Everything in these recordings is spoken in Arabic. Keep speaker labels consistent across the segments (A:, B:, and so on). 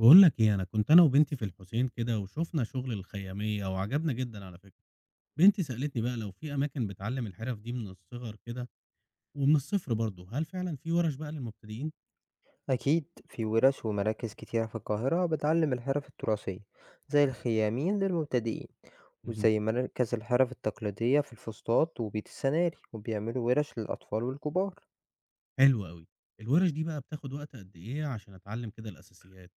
A: بقول لك ايه، انا كنت انا وبنتي في الحسين كده وشفنا شغل الخيامية وعجبنا جدا على فكرة. بنتي سألتني بقى لو في اماكن بتعلم الحرف دي من الصغر كده ومن الصفر برضه. هل فعلا في ورش بقى للمبتدئين؟
B: أكيد في ورش ومراكز كتيرة في القاهرة بتعلم الحرف التراثية زي الخيامين للمبتدئين،
A: مهم.
B: وزي مركز الحرف التقليدية في الفسطاط وبيت السناري، وبيعملوا ورش للأطفال والكبار.
A: حلو قوي. الورش دي بقى بتاخد وقت قد ايه عشان اتعلم كده الاساسيات؟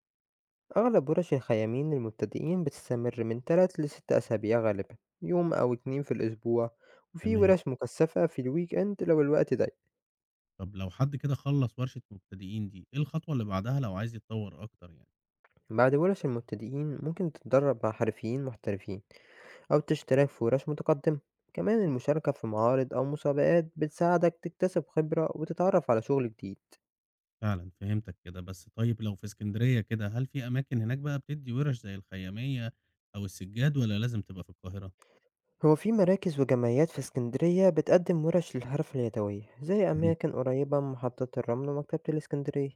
B: أغلب ورش الخيامين للمبتدئين بتستمر من تلات لست أسابيع غالبا، يوم أو اتنين في الأسبوع، وفي
A: تمام.
B: ورش مكثفة في الويك إند لو الوقت ضيق.
A: طب لو حد كده خلص ورشة مبتدئين دي ايه الخطوة اللي بعدها لو عايز يتطور اكتر يعني؟
B: بعد ورش المبتدئين ممكن تتدرب مع حرفيين محترفين أو تشترك في ورش متقدمة. كمان المشاركة في معارض أو مسابقات بتساعدك تكتسب خبرة وتتعرف على شغل جديد.
A: فعلا فهمتك كده. بس طيب لو في اسكندرية كده هل في اماكن هناك بقى بتدي ورش زي الخيامية او السجاد ولا لازم تبقى في القاهرة؟
B: هو في مراكز وجمعيات في اسكندرية بتقدم ورش للحرف اليدوية، زي أماكن قريبة من محطة الرمل ومكتبة الاسكندرية.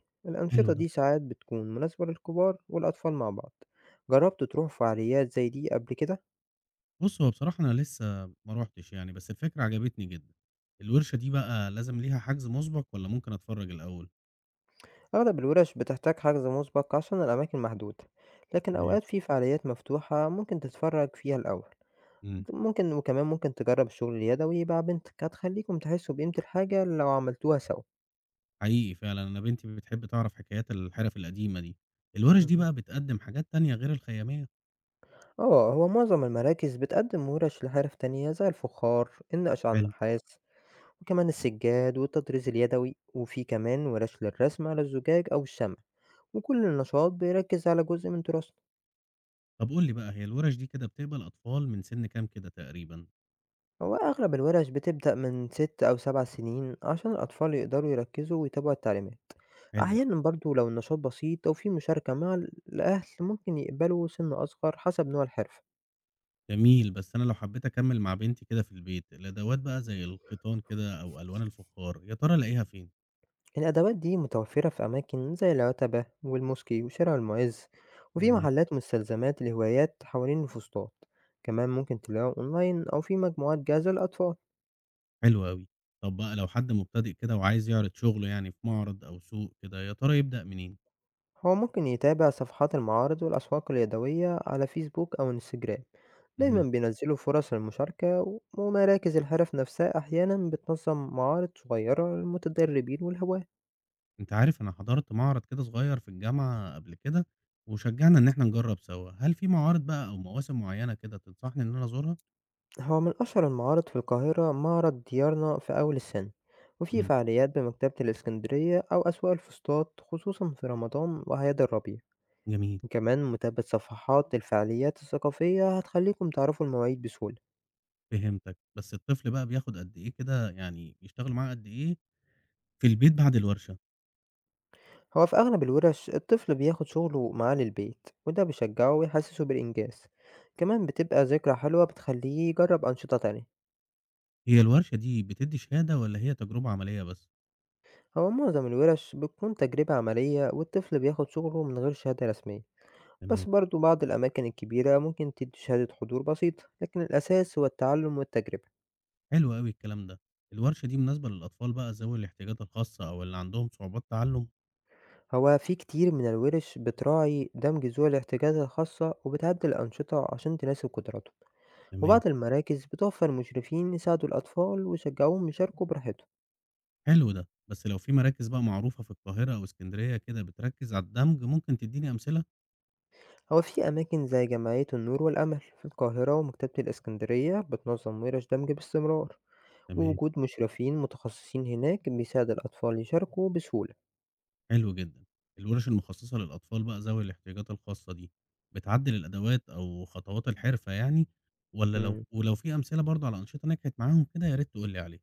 A: حلو
B: الأنشطة
A: ده.
B: دي ساعات بتكون مناسبة للكبار والأطفال مع بعض. جربت تروح فعاليات زي دي قبل كده؟
A: بُص، هو بصراحة أنا لسه ما رُحتش يعني، بس الفكرة عجبتني جدًا. الورشة دي بقى لازم ليها حجز مسبق والّا ممكن أتفرّج الأول؟
B: أغلب الورش بتحتاج حجز مسبق عشان الأماكن محدودة، لكن
A: تمام.
B: أوقات في فعاليات مفتوحة ممكن تتفرج فيها الأول.
A: إمم.
B: ممكن، وكمان ممكن تجرّب الشغل اليدوي مع بنتك، هتخلّيكم تحسّوا بقيمة الحاجة لو عملتوها سوا.
A: حقيقي فعلًا أنا بنتي بتحب تعرف حكايات الحِرَف القديمة دي. الورش دي
B: اهم.
A: بقى بتقدّم حاجات تانية غير الخيامية؟
B: آه، هو معظم المراكز بتقدّم وِرَش لحرف تانية زي الفخار، النقش على
A: حلو.
B: النحاس، وكمان السجّاد والتطريز اليدوي، وفي كمان وِرَش للرسم على الزجاج أو الشمع، وكل نشاط بيركّز على جزء من تراثنا.
A: طب قُل لي بقى، هي الورش دي كده بتقبل أطفال من سِن كام كده تقريبًا؟
B: هو أغلب الورش بتبدأ من 6 أو 7 سنين عشان الأطفال يقدروا يركزوا ويتابعوا التعليمات.
A: حلو أوي.
B: أحيانا برضو لو النشاط بسيط أو في مشاركة مع الأهل ممكن يقبلوا سن أصغر حسب نوع الحرفة.
A: جميل، بس أنا لو حبيت أكمّل مع بنتي كده في البيت، الأدوات بقى زي الخيطان كده أو ألوان الفخار، يا ترى ألاقيها فين؟
B: الأدوات دي متوفرة في أماكن زي العتبة والموسكي وشارع المعز، وفي
A: جميل.
B: محلات مستلزمات لهوايات حوالين الفسطاط. كمان ممكن تلاقوا أونلاين أو في مجموعات جاهزة للأطفال.
A: حلو أوي. طب بقى لو حد مبتدئ كده وعايز يعرض شغله يعني في معرض أو سوق كده، يا ترى يبدأ منين؟
B: هو ممكن يتابع صفحات المعارض والأسواق اليدوية على فيسبوك أو انستجرام، دايما
A: اهم.
B: بينزلوا فرص المشاركة، ومراكز الحرف نفسها أحيانا بتنظم معارض صغيرة للمتدربين والهواة.
A: أنت عارف أنا حضرت معرض كده صغير في الجامعة قبل كده، وشجّعنا إن إحنا نجرّب سوا. هل في معارض بقى أو مواسم معيّنة كده تنصحني إن أنا أزورها؟
B: هو من أشهر المعارض في القاهرة معرض ديارنا في أول السنة، وفي
A: إمم.
B: فعاليات بمكتبة الإسكندرية أو أسواق الفسطاط خصوصا في رمضان وأعياد الربيع.
A: جميل،
B: وكمان متابعة صفحات الفعاليات الثقافية هتخليكم تعرفوا المواعيد بسهولة.
A: فهمتك. بس الطفل بقى بياخد قد إيه كده، يعني بيشتغلوا معاه قد إيه في البيت بعد الورشة؟
B: هو في أغلب الورش الطفل بياخد شغله معاه للبيت، وده بيشجعه ويحسسه بالإنجاز. كمان بتبقى ذكرى حلوة بتخليه يجرب أنشطة تانية.
A: هي الورشة دي بتدّي شهادة والّا هي تجربة عملية بس؟
B: هو معظم الورش بتكون تجربة عملية، والطفل بياخد شغله من غير شهادة رسمية.
A: تمام.
B: بس برضه بعض الأماكن الكبيرة ممكن تدي شهادة حضور بسيطة، لكن الأساس هو التعلم والتجربة.
A: حلو أوي الكلام ده. الورشة دي مناسبة للأطفال بقى ذوي الاحتياجات الخاصة أو اللي عندهم صعوبات تعلُّم؟
B: هو في كتير من الورش بتراعي دمج ذوي الاحتياجات الخاصة، وبتعدل الأنشطة عشان تناسب قدراته.
A: تمام.
B: وبعض المراكز بتوفر مشرفين يساعدوا الأطفال ويشجعوهم يشاركوا براحتهم.
A: حلو ده، بس لو في مراكز بقى معروفة في القاهرة أو إسكندرية كده بتركز على الدمج، ممكن تدّيني أمثلة؟
B: هو في أماكن زي جمعية النور والأمل في القاهرة ومكتبة الإسكندرية بتنظم ورش دمج باستمرار،
A: تمام.
B: ووجود مشرفين متخصصين هناك بيساعد الأطفال يشاركوا بسهولة.
A: حلو جدًا. الورش المخصصة للأطفال بقى ذوي الاحتياجات الخاصة دي، بتعدّل الأدوات أو خطوات الحرفة يعني، والّا لو
B: مم.
A: ولو في أمثلة برضه على أنشطة نجحت معاهم كده يا ريت تقول لي عليها.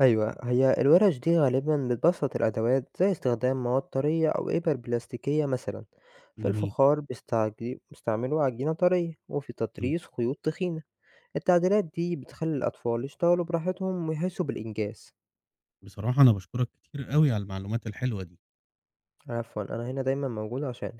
B: أيوة، هي الورش دي غالبا بتبسط الأدوات زي استخدام مواد طرية أو إبر بلاستيكية مثلا.
A: جميل،
B: فالفخار بيستعملوا عجينة طرية، وفي
A: حلو.
B: تطريز خيوط تخينة. التعديلات دي بتخلي الأطفال يشتغلوا براحتهم ويحسوا بالإنجاز.
A: بصراحة أنا باشكرك كتير أوي على المعلومات الحلوة دي.
B: عفوا، أنا هنا دايما موجود عشان